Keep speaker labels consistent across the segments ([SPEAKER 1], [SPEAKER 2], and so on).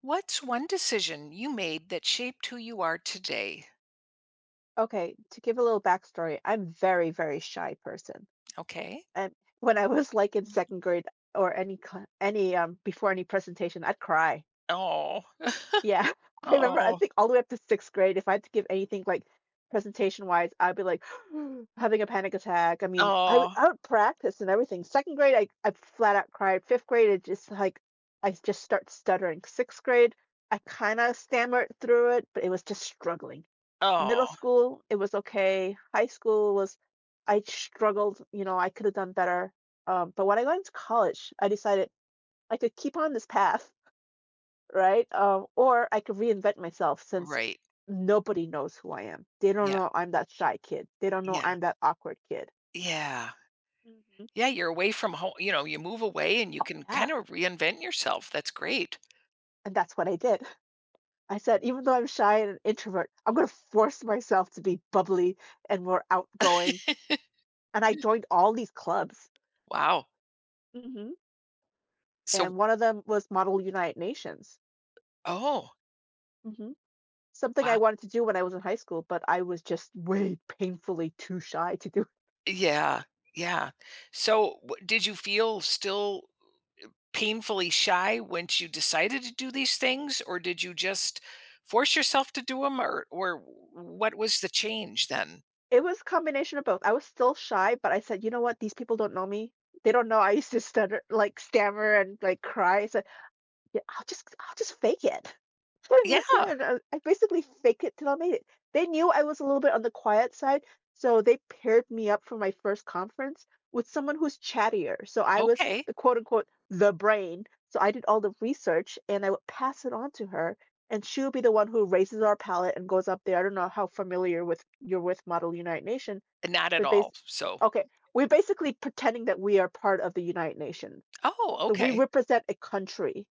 [SPEAKER 1] What's one decision you made that shaped who you are today?
[SPEAKER 2] Okay, to give a little backstory, I'm very, very shy person.
[SPEAKER 1] Okay.
[SPEAKER 2] And when I was like in second grade or any cl- any before any presentation, I'd cry.
[SPEAKER 1] Oh.
[SPEAKER 2] Yeah. I remember, I
[SPEAKER 1] Oh.
[SPEAKER 2] think all the way up to 6th grade, if I had to give anything, like, presentation-wise, I'd be, like, having a panic attack. I mean, I would
[SPEAKER 1] Oh.
[SPEAKER 2] I would practice and everything. 2nd grade, I flat out cried. 5th grade, it just, like, I just start stuttering. 6th grade, I kinda stammered through it, but it was just struggling. Middle
[SPEAKER 1] Oh.
[SPEAKER 2] school, it was okay. High school was, I struggled, you know, I could have done better. But when I got into college, I decided I could keep on this path, right? Or I could reinvent myself, since
[SPEAKER 1] Right.
[SPEAKER 2] nobody knows who I am. They don't
[SPEAKER 1] Yeah.
[SPEAKER 2] know I'm that shy kid. They don't know
[SPEAKER 1] Yeah.
[SPEAKER 2] I'm that awkward kid.
[SPEAKER 1] Yeah.
[SPEAKER 2] Hmm.
[SPEAKER 1] Yeah, you're away from home, you know, you move away and you
[SPEAKER 2] Oh,
[SPEAKER 1] can
[SPEAKER 2] yeah.
[SPEAKER 1] kind of reinvent yourself. That's great.
[SPEAKER 2] And that's what I did. I said, even though I'm shy and an introvert, I'm going to force myself to be bubbly and more outgoing. And I joined all these clubs,
[SPEAKER 1] Wow.
[SPEAKER 2] hmm
[SPEAKER 1] So
[SPEAKER 2] and one of them was Model United Nations,
[SPEAKER 1] oh,
[SPEAKER 2] hmm something I
[SPEAKER 1] wow.
[SPEAKER 2] wanted to do when I was in high school, but I was just way painfully too shy to do.
[SPEAKER 1] Yeah. Yeah. So w did you feel still painfully shy once you decided to do these things, or did you just force yourself to do them, or what was the change then?
[SPEAKER 2] It was a combination of both. I was still shy, but I said, "You know what? These people don't know me. They don't know I used to stutter, like, stammer, and like, cry." So yeah, I'll just fake it. So I went there
[SPEAKER 1] Yeah,
[SPEAKER 2] and I, basically faked it till I made it. They knew I was a little bit on the quiet side, so they paired me up for my first conference with someone who's chattier. So I was
[SPEAKER 1] okay.
[SPEAKER 2] the quote unquote the brain. So I did all the research and I would pass it on to her. And she'll be the one who raises our palette and goes up there. I don't know how familiar with you're with Model United Nations,
[SPEAKER 1] Not at
[SPEAKER 2] but base
[SPEAKER 1] all. So,
[SPEAKER 2] okay, we're basically pretending that we are part of the United Nations.
[SPEAKER 1] oh,
[SPEAKER 2] So we
[SPEAKER 1] okay.
[SPEAKER 2] represent a country.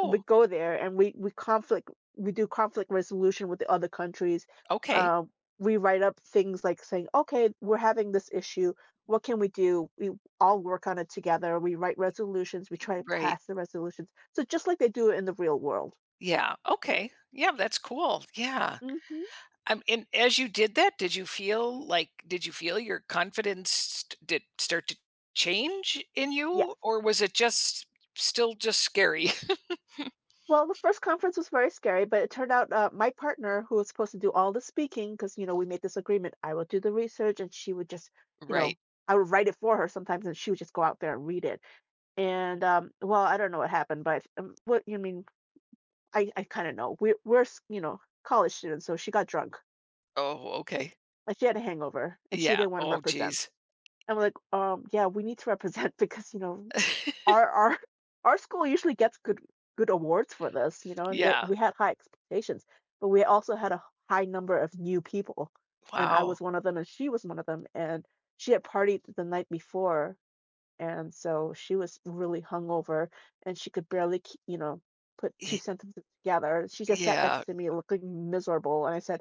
[SPEAKER 2] We go there and we do conflict resolution with the other countries.
[SPEAKER 1] okay.
[SPEAKER 2] Uh, we write up things like saying, okay, we're having this issue. What can we do? We all work on it together. We write resolutions. We try to
[SPEAKER 1] Right.
[SPEAKER 2] pass the resolutions. So just like they do in the real world.
[SPEAKER 1] Yeah. Okay. Yeah, that's cool. Yeah.
[SPEAKER 2] Hmm.
[SPEAKER 1] And as you did that, did you feel like did you feel your confidence did start to change in
[SPEAKER 2] Yeah.
[SPEAKER 1] you, or was it just still just scary?
[SPEAKER 2] Well, the first conference was very scary, but it turned out, my partner, who was supposed to do all the speaking, because we made this agreement, I will do the research, and she would just, you know,
[SPEAKER 1] Right.
[SPEAKER 2] I would write it for her sometimes, and she would just go out there and read it. And well, I don't know what happened, but what you mean? I kind of know. We're college students, so she got drunk,
[SPEAKER 1] Oh, okay.
[SPEAKER 2] like, she had a hangover, and she
[SPEAKER 1] Yeah.
[SPEAKER 2] didn't want to
[SPEAKER 1] Oh,
[SPEAKER 2] represent.
[SPEAKER 1] geez.
[SPEAKER 2] And we're like, yeah, we need to represent because our our school usually gets good awards for this,
[SPEAKER 1] Yeah.
[SPEAKER 2] we had high expectations, but we also had a high number of new people, and I
[SPEAKER 1] Wow.
[SPEAKER 2] was one of them, and she was one of them, and she had partied the night before, and so she was really hungover, and she could barely, put two
[SPEAKER 1] Y
[SPEAKER 2] sentences together. She just sat
[SPEAKER 1] yeah.
[SPEAKER 2] next to me looking miserable, and I said,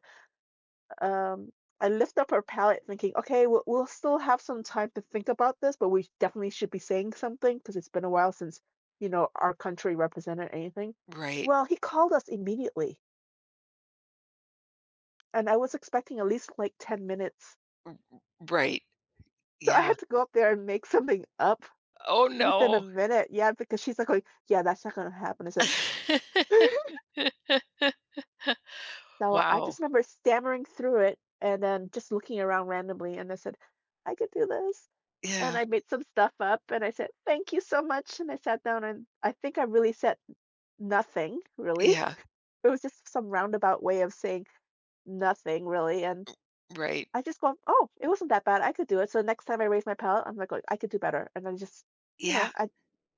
[SPEAKER 2] um, I lift up her palette thinking, okay, we'll still have some time to think about this, but we definitely should be saying something because it's been a while since, our country represented anything.
[SPEAKER 1] Right.
[SPEAKER 2] Well, he called us immediately, and I was expecting at least like 10 minutes.
[SPEAKER 1] Right.
[SPEAKER 2] So I
[SPEAKER 1] Yeah.
[SPEAKER 2] had to go up there and make something up
[SPEAKER 1] Oh,
[SPEAKER 2] within a
[SPEAKER 1] no.
[SPEAKER 2] minute. Yeah, because she's like, going, yeah, that's not going to happen. I said, so I just
[SPEAKER 1] Wow.
[SPEAKER 2] remember stammering through it and then just looking around randomly. And I said, I could do this. And
[SPEAKER 1] Yeah.
[SPEAKER 2] I made some stuff up and I said, thank you so much. And I sat down and I think I really said nothing, really.
[SPEAKER 1] Yeah.
[SPEAKER 2] It was just some roundabout way of saying nothing, really. And
[SPEAKER 1] Right.
[SPEAKER 2] I just go, oh, it wasn't that bad. I could do it. So the next time I raise my palette, I'm like, "Oh, I could do better." And I just, you
[SPEAKER 1] Yeah.
[SPEAKER 2] know,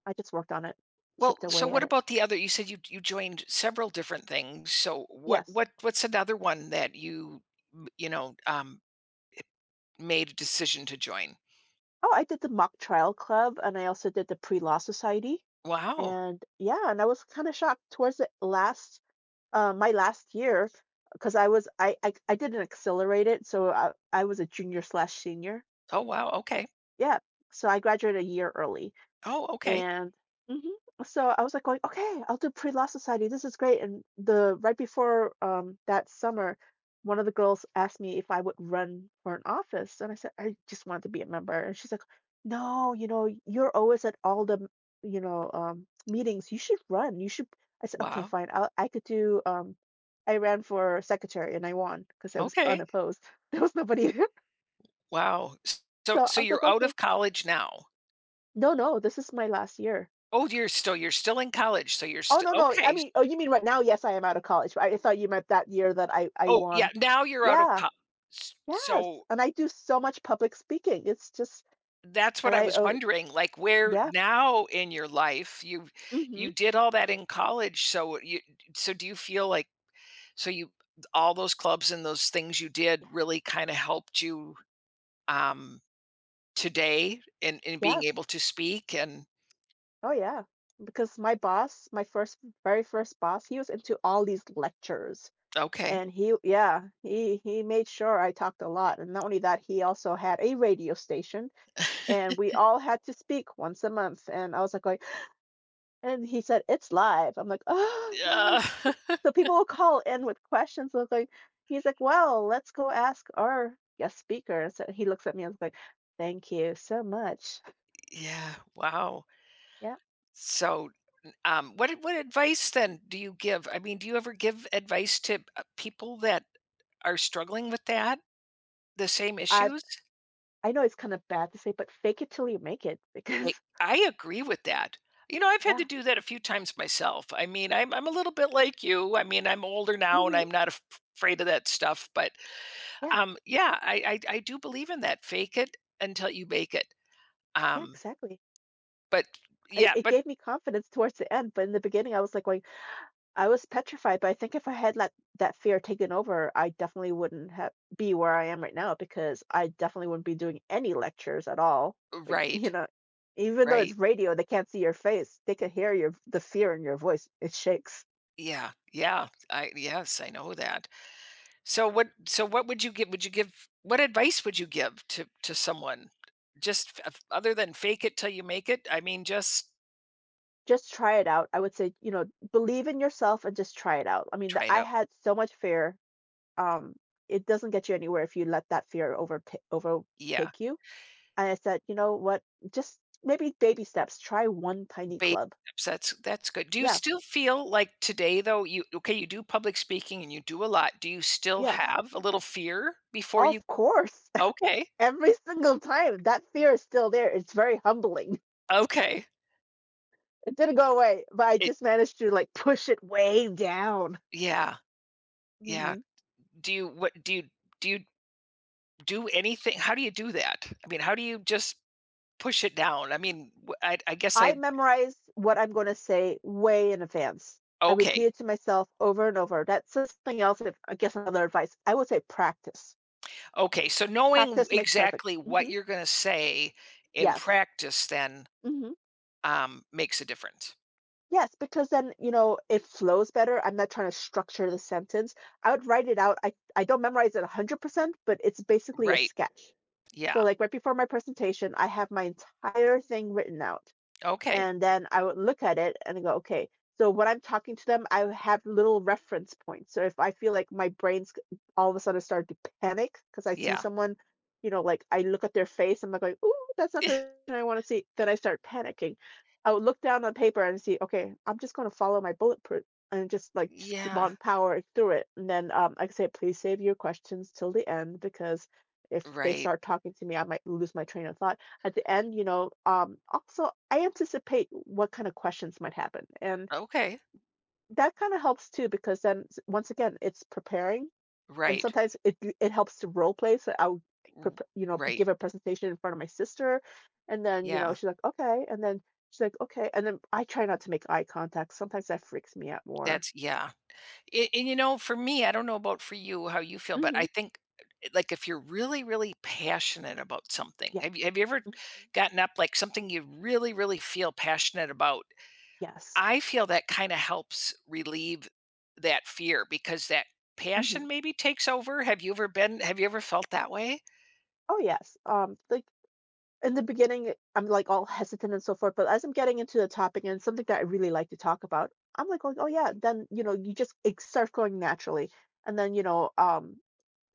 [SPEAKER 2] I just worked on it,
[SPEAKER 1] Well,
[SPEAKER 2] chipped
[SPEAKER 1] so
[SPEAKER 2] away at
[SPEAKER 1] what
[SPEAKER 2] it.
[SPEAKER 1] about the other you said you joined several different things. So what
[SPEAKER 2] Yes.
[SPEAKER 1] what what's another one that you m you know, um, made a decision to join?
[SPEAKER 2] Oh, I did the mock trial club and I also did the pre law society.
[SPEAKER 1] Wow.
[SPEAKER 2] And yeah, and I was kind of shocked towards the last my last year, because I didn't accelerate it, so I was a junior slash senior.
[SPEAKER 1] Oh, wow. Okay.
[SPEAKER 2] Yeah, so I graduated a year early.
[SPEAKER 1] Oh, okay.
[SPEAKER 2] And mhm, so I was like going, okay, I'll do pre-law society. This is great. And the right before that summer, one of the girls asked me if I would run for an office, and I said I just wanted to be a member. And she's like, no, you're always at all the meetings. You should run. You should. I said, okay,
[SPEAKER 1] Wow.
[SPEAKER 2] fine. I could do. I ran for secretary and I won because I was
[SPEAKER 1] Okay.
[SPEAKER 2] unopposed. There was nobody.
[SPEAKER 1] Wow. S so
[SPEAKER 2] So I
[SPEAKER 1] so
[SPEAKER 2] was like,
[SPEAKER 1] you're out
[SPEAKER 2] okay,
[SPEAKER 1] of college now?
[SPEAKER 2] no, no, this is my last year.
[SPEAKER 1] Oh, you're still in college, so you're
[SPEAKER 2] Oh
[SPEAKER 1] still
[SPEAKER 2] no, no. I
[SPEAKER 1] okay.
[SPEAKER 2] mean, oh, you mean right now? Yes, I am out of college. I thought you meant that year that I
[SPEAKER 1] Oh, yeah,
[SPEAKER 2] won.
[SPEAKER 1] now you're out of
[SPEAKER 2] Yeah,
[SPEAKER 1] college,
[SPEAKER 2] yes.
[SPEAKER 1] so
[SPEAKER 2] And I do so much public speaking. It's just,
[SPEAKER 1] that's
[SPEAKER 2] and
[SPEAKER 1] what I
[SPEAKER 2] I,
[SPEAKER 1] was
[SPEAKER 2] oh
[SPEAKER 1] wondering, like, where
[SPEAKER 2] yeah,
[SPEAKER 1] now in your life you
[SPEAKER 2] mm-hmm,
[SPEAKER 1] you did all that in college, so you so do you feel like so you all those clubs and those things you did
[SPEAKER 2] yes,
[SPEAKER 1] really kinda helped you, um, today in being
[SPEAKER 2] yes.
[SPEAKER 1] able to speak and
[SPEAKER 2] Oh yeah, because my boss, my first, very first boss, he was into all these lectures,
[SPEAKER 1] okay.
[SPEAKER 2] and he yeah, he made sure I talked a lot. And not only that, he also had a radio station, and we all had to speak once a month. And I was like going. And he said, it's live. I'm like, oh, God,
[SPEAKER 1] Yeah.
[SPEAKER 2] so people will call in with questions of like, he's like, well, let's go ask our guest speaker. And so he looks at me and is like, thank you so much.
[SPEAKER 1] Yeah, wow.
[SPEAKER 2] Yeah.
[SPEAKER 1] So, what advice then do you give? I mean, do you ever give advice to, people that are struggling with that, the same
[SPEAKER 2] I
[SPEAKER 1] issues?
[SPEAKER 2] I know it's kind of bad to say, but fake it till you make it, because
[SPEAKER 1] Like, I agree with that. You know, I've had
[SPEAKER 2] yeah,
[SPEAKER 1] to do that a few times myself. I mean, I'm a
[SPEAKER 2] yeah.
[SPEAKER 1] little bit like you. I mean, I'm older now and
[SPEAKER 2] Hmm.
[SPEAKER 1] I'm not af afraid of that stuff, but,
[SPEAKER 2] Yeah.
[SPEAKER 1] yeah, I do believe in that, fake it until you make it.
[SPEAKER 2] Yeah,
[SPEAKER 1] Um,
[SPEAKER 2] exactly.
[SPEAKER 1] but yeah,
[SPEAKER 2] It
[SPEAKER 1] but
[SPEAKER 2] gave me confidence towards the end, but in the beginning I was like, well, I was petrified, but I think if I had let that fear taken over, I definitely wouldn't have be where I am right now, because I definitely wouldn't be doing any lectures at all. Like, you
[SPEAKER 1] right,
[SPEAKER 2] know, even though
[SPEAKER 1] right.
[SPEAKER 2] it's radio, they can't see your face. They can hear your the fear in your voice. It shakes.
[SPEAKER 1] Yeah, yeah. I yes, I know that. So what would you give what advice would you give to someone? Just other than fake it till you make it, I mean, just
[SPEAKER 2] Just try it out. I would say, believe in yourself and just try it out. I mean,
[SPEAKER 1] try it
[SPEAKER 2] I
[SPEAKER 1] out.
[SPEAKER 2] had so much fear. Um, it doesn't get you anywhere if you let that fear
[SPEAKER 1] Yeah,
[SPEAKER 2] overtake you. And I said, you know what? Just maybe baby steps. Try one tiny
[SPEAKER 1] baby
[SPEAKER 2] club.
[SPEAKER 1] steps, that's good. Do you
[SPEAKER 2] Yeah,
[SPEAKER 1] still feel like today though, you okay, you do public speaking and you do a lot. Do you still
[SPEAKER 2] yes.
[SPEAKER 1] have a little fear before you
[SPEAKER 2] Of course.
[SPEAKER 1] okay.
[SPEAKER 2] Every single time that fear is still there. It's very humbling.
[SPEAKER 1] Okay.
[SPEAKER 2] It didn't go away, but I
[SPEAKER 1] It
[SPEAKER 2] just managed to like push it way down.
[SPEAKER 1] yeah, yeah.
[SPEAKER 2] Mhm.
[SPEAKER 1] Do you what do you do you do anything? How do you do that? I mean, how do you just push it down? I mean, I guess
[SPEAKER 2] I
[SPEAKER 1] I
[SPEAKER 2] memorize what I'm going to say way in advance. I repeat
[SPEAKER 1] okay.
[SPEAKER 2] it to myself over and over. That's something else. If I guess another advice, I would say practice.
[SPEAKER 1] Okay, so knowing
[SPEAKER 2] Practice makes perfect.
[SPEAKER 1] exactly
[SPEAKER 2] Hmm.
[SPEAKER 1] what you're gonna say in
[SPEAKER 2] Yes.
[SPEAKER 1] practice then,
[SPEAKER 2] Hmm.
[SPEAKER 1] makes a difference.
[SPEAKER 2] Yes, because then, it flows better. I'm not trying to structure the sentence. I would write it out. I don't memorize it 100%, but it's basically a
[SPEAKER 1] Right.
[SPEAKER 2] sketch. So,
[SPEAKER 1] Yeah.
[SPEAKER 2] like, right before my presentation, I have my entire thing written out,
[SPEAKER 1] Okay.
[SPEAKER 2] and then I would look at it and go, okay. So when I'm talking to them, I have little reference points. So if I feel like my brain's all of a sudden start to panic because I see
[SPEAKER 1] Yeah.
[SPEAKER 2] someone, like I look at their face, I'm like, going, ooh, that's not the person I want to see. Then I start panicking. I would look down on paper and see, okay, I'm just going to follow my bullet point and just like just keep
[SPEAKER 1] Yeah.
[SPEAKER 2] on powering through it. And then, like I say, please save your questions till the end, because if they
[SPEAKER 1] Right.
[SPEAKER 2] start talking to me, I might lose my train of thought at the end, also I anticipate what kind of questions might happen. And
[SPEAKER 1] Okay.
[SPEAKER 2] that kind of helps too, because then once again, it's preparing. And
[SPEAKER 1] Right.
[SPEAKER 2] sometimes it helps to role play. So I'll,
[SPEAKER 1] R
[SPEAKER 2] prep- you know,
[SPEAKER 1] right.
[SPEAKER 2] give a presentation in front of my sister, and then
[SPEAKER 1] Yeah.
[SPEAKER 2] she's like, okay, and then she's like, okay, and then I try not to make eye contact. Sometimes that freaks me out more.
[SPEAKER 1] That's yeah. A and, you know, for me, I don't know about for you, how you feel, but
[SPEAKER 2] Mm-hmm.
[SPEAKER 1] I think, like, if you're really, really passionate about something
[SPEAKER 2] Yeah.
[SPEAKER 1] have you ever
[SPEAKER 2] Mhm.
[SPEAKER 1] gotten up, like, something you really, really feel passionate about
[SPEAKER 2] Yes.
[SPEAKER 1] I feel that kinda helps relieve that fear because that
[SPEAKER 2] Mm-hmm.
[SPEAKER 1] passion maybe takes over. Have you ever been have you ever felt that way?
[SPEAKER 2] Oh yes. Like in the beginning, I'm like all hesitant and so forth, but as I'm getting into the topic and something that I really like to talk about, I'm like going, oh yeah, then you just it starts going naturally, and then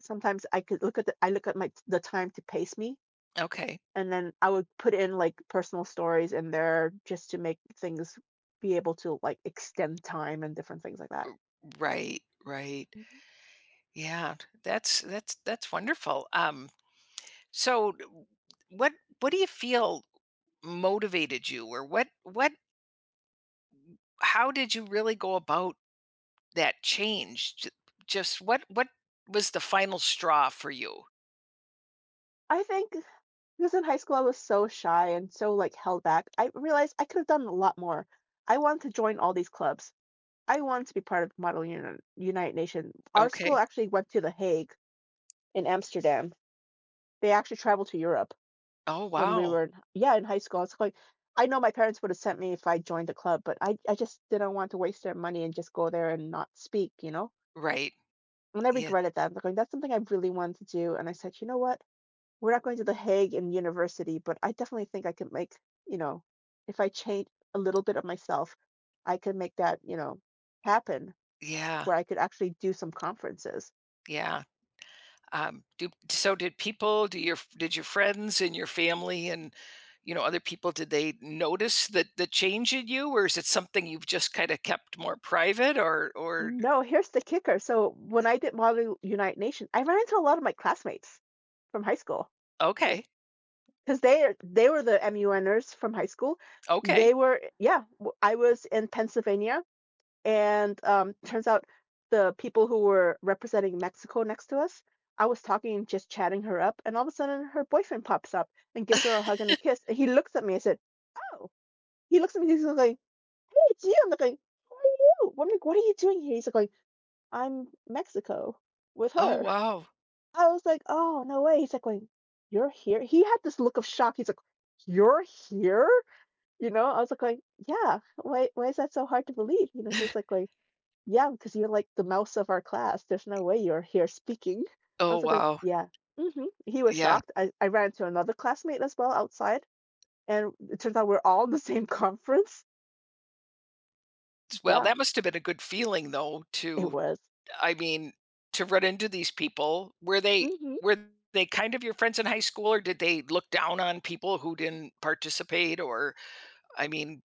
[SPEAKER 2] sometimes I could look at the, I look at my the time to pace me,
[SPEAKER 1] Okay.
[SPEAKER 2] and then I would put in like personal stories in there just to make things be able to like extend time and different things like that.
[SPEAKER 1] Right, right.
[SPEAKER 2] Mhm.
[SPEAKER 1] Yeah, that's that's wonderful. So d w what what do you feel motivated you or what how did you really go about that changed. Just what was the final straw for you?
[SPEAKER 2] I think because in high school I was so shy and so like held back, I realized I could have done a lot more. I wanted to join all these clubs. I want to be part of the Model United Nation. Our school
[SPEAKER 1] Okay.
[SPEAKER 2] actually went to The Hague in Amsterdam. They actually traveled to Europe
[SPEAKER 1] Oh,
[SPEAKER 2] when we
[SPEAKER 1] wow.
[SPEAKER 2] were in, yeah, in high school. I was like, I know my parents would have sent me if I joined the club, but I just didn't want to waste their money and just go there and not speak, you know?
[SPEAKER 1] Right.
[SPEAKER 2] And I
[SPEAKER 1] Yeah.
[SPEAKER 2] regretted that. I'm going, "That's something I really wanted to do." And I said, "You know what? We're not going to The Hague in university, but I definitely think I could make, you know, if I change a little bit of myself, I could make that, happen
[SPEAKER 1] Yeah.
[SPEAKER 2] where I could actually do some conferences."
[SPEAKER 1] Yeah. Do so did people, do your did your friends and your family and you know other people, did they notice that the change in you, or is it something you've just kind of kept more private or
[SPEAKER 2] No, here's the kicker. So when I did Model United Nation, I ran into a lot of my classmates from high school
[SPEAKER 1] okay.
[SPEAKER 2] because they were the MUNers from high school.
[SPEAKER 1] Okay.
[SPEAKER 2] They were, yeah. I was in Pennsylvania, and turns out the people who were representing Mexico next to us, I was talking, just chatting her up, and all of a sudden her boyfriend pops up and gives her a hug and a kiss, and he looks at me and said, "Oh." He looks at me. He's like, "Hey, it's you." I'm like, "Who are you?" I'm like, "What are you doing here?" He's like, "I'm Mexico with
[SPEAKER 1] Oh
[SPEAKER 2] her."
[SPEAKER 1] wow.
[SPEAKER 2] I was like, "Oh, no way." He's like going, "You're here?" He had this look of shock. He's like, "You're here?" You know, I was like going, "Yeah. Why is that so hard to believe?" You know, he's like going, "Yeah, because you're like the mouse of our class. There's no way you're here speaking." I
[SPEAKER 1] Oh
[SPEAKER 2] was like going,
[SPEAKER 1] wow.
[SPEAKER 2] "Yeah." He was
[SPEAKER 1] Yeah.
[SPEAKER 2] shocked. I ran into another classmate as well outside, and it turns out we're all in the same conference.
[SPEAKER 1] Well,
[SPEAKER 2] Yeah,
[SPEAKER 1] that must have been a good feeling though
[SPEAKER 2] it
[SPEAKER 1] to
[SPEAKER 2] was.
[SPEAKER 1] I mean, to run into these people, were they
[SPEAKER 2] hmm
[SPEAKER 1] were they kind of your friends in high school, or did they look down on people who didn't participate? Or I mean,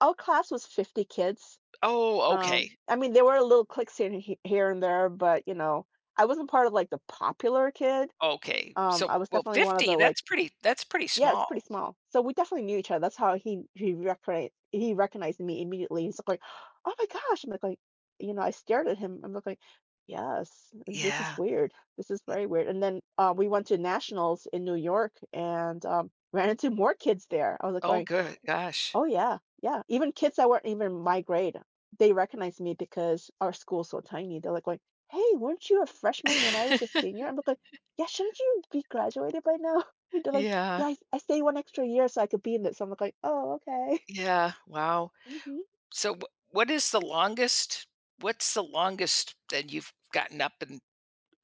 [SPEAKER 2] Our class was 50 kids.
[SPEAKER 1] oh, okay,
[SPEAKER 2] I mean, there were little cliques here and there, but you know, I wasn't part of like the popular kid.
[SPEAKER 1] okay. So,
[SPEAKER 2] I was
[SPEAKER 1] well,
[SPEAKER 2] definitely one of
[SPEAKER 1] 50,
[SPEAKER 2] the like,
[SPEAKER 1] that's pretty
[SPEAKER 2] yeah, it's pretty
[SPEAKER 1] small.
[SPEAKER 2] small. So we definitely knew each other. That's how he recognized me immediately. He's like, "Oh my gosh!" You know, I stared at him. "Yes, this is
[SPEAKER 1] Yeah.
[SPEAKER 2] weird. This is very weird." And then we went to nationals in New York, and ran into more kids there. I was like,
[SPEAKER 1] Oh,
[SPEAKER 2] going,
[SPEAKER 1] good. Gosh.
[SPEAKER 2] oh, yeah. Yeah. Even kids that weren't even my grade, they recognized me because our school's so tiny. They're like going, "Hey, weren't you a freshman when I was a senior?" I'm like, "Yeah, shouldn't you be graduated by now?" They're like,
[SPEAKER 1] Yeah.
[SPEAKER 2] "Yeah, I stayed one extra year so I could be in this." So I'm like, "Oh, okay."
[SPEAKER 1] Yeah. Wow.
[SPEAKER 2] hmm
[SPEAKER 1] So, what is the longest? What's the longest that you've gotten up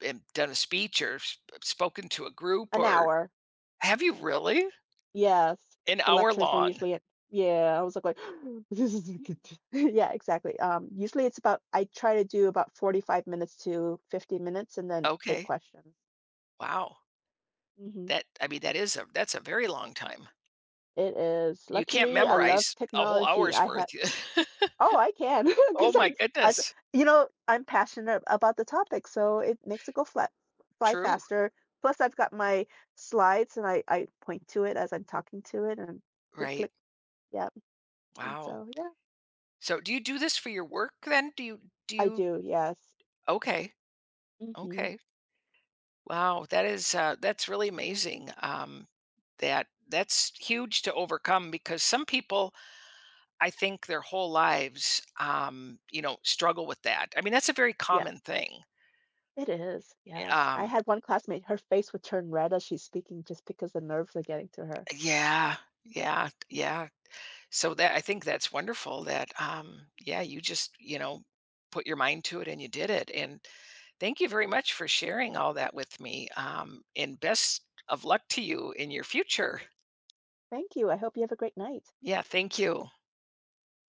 [SPEAKER 1] and done a speech or spoken to a group?
[SPEAKER 2] An
[SPEAKER 1] Or
[SPEAKER 2] hour.
[SPEAKER 1] have you really?
[SPEAKER 2] Yes.
[SPEAKER 1] An
[SPEAKER 2] The
[SPEAKER 1] hour
[SPEAKER 2] lectures are
[SPEAKER 1] long.
[SPEAKER 2] usually at, yeah. I was like, "Like," "this is good." Yeah, exactly. Usually it's about I try to do about 45 minutes to 50 minutes and then take
[SPEAKER 1] Okay.
[SPEAKER 2] questions.
[SPEAKER 1] Wow.
[SPEAKER 2] hmm
[SPEAKER 1] That I mean, that is a that's a very long time.
[SPEAKER 2] It is.
[SPEAKER 1] You can't
[SPEAKER 2] Luckily, I love
[SPEAKER 1] memorize a whole
[SPEAKER 2] technology.
[SPEAKER 1] hour's worth.
[SPEAKER 2] Oh, I can,
[SPEAKER 1] Oh
[SPEAKER 2] because
[SPEAKER 1] my
[SPEAKER 2] I, s-
[SPEAKER 1] goodness.
[SPEAKER 2] you know, I'm passionate about the topic, so it makes it go fly, fly
[SPEAKER 1] True.
[SPEAKER 2] faster. Plus, I've got my slides, and I point to it as I'm talking to it, and click,
[SPEAKER 1] Right.
[SPEAKER 2] click. Yeah. And
[SPEAKER 1] Wow.
[SPEAKER 2] so, yeah,
[SPEAKER 1] So do you do this for your work then? Do you do
[SPEAKER 2] I
[SPEAKER 1] you
[SPEAKER 2] do. Yes.
[SPEAKER 1] okay.
[SPEAKER 2] hmm
[SPEAKER 1] Okay. Wow, that is, that's really amazing. That that's huge to overcome because some people, I think their whole lives, you know, struggle with that. I mean, that's a very
[SPEAKER 2] Yeah,
[SPEAKER 1] common thing.
[SPEAKER 2] it is. Yes. I
[SPEAKER 1] Um,
[SPEAKER 2] had one classmate, her face would turn red as she's speaking just because the nerves are getting to her.
[SPEAKER 1] Yeah, yeah. So that I think that's wonderful that yeah, you just, you know, put your mind to it and you did it. And thank you very much for sharing all that with me. And best of luck to you in your future.
[SPEAKER 2] Thank you. I hope you have a great night.
[SPEAKER 1] Yeah, thank you.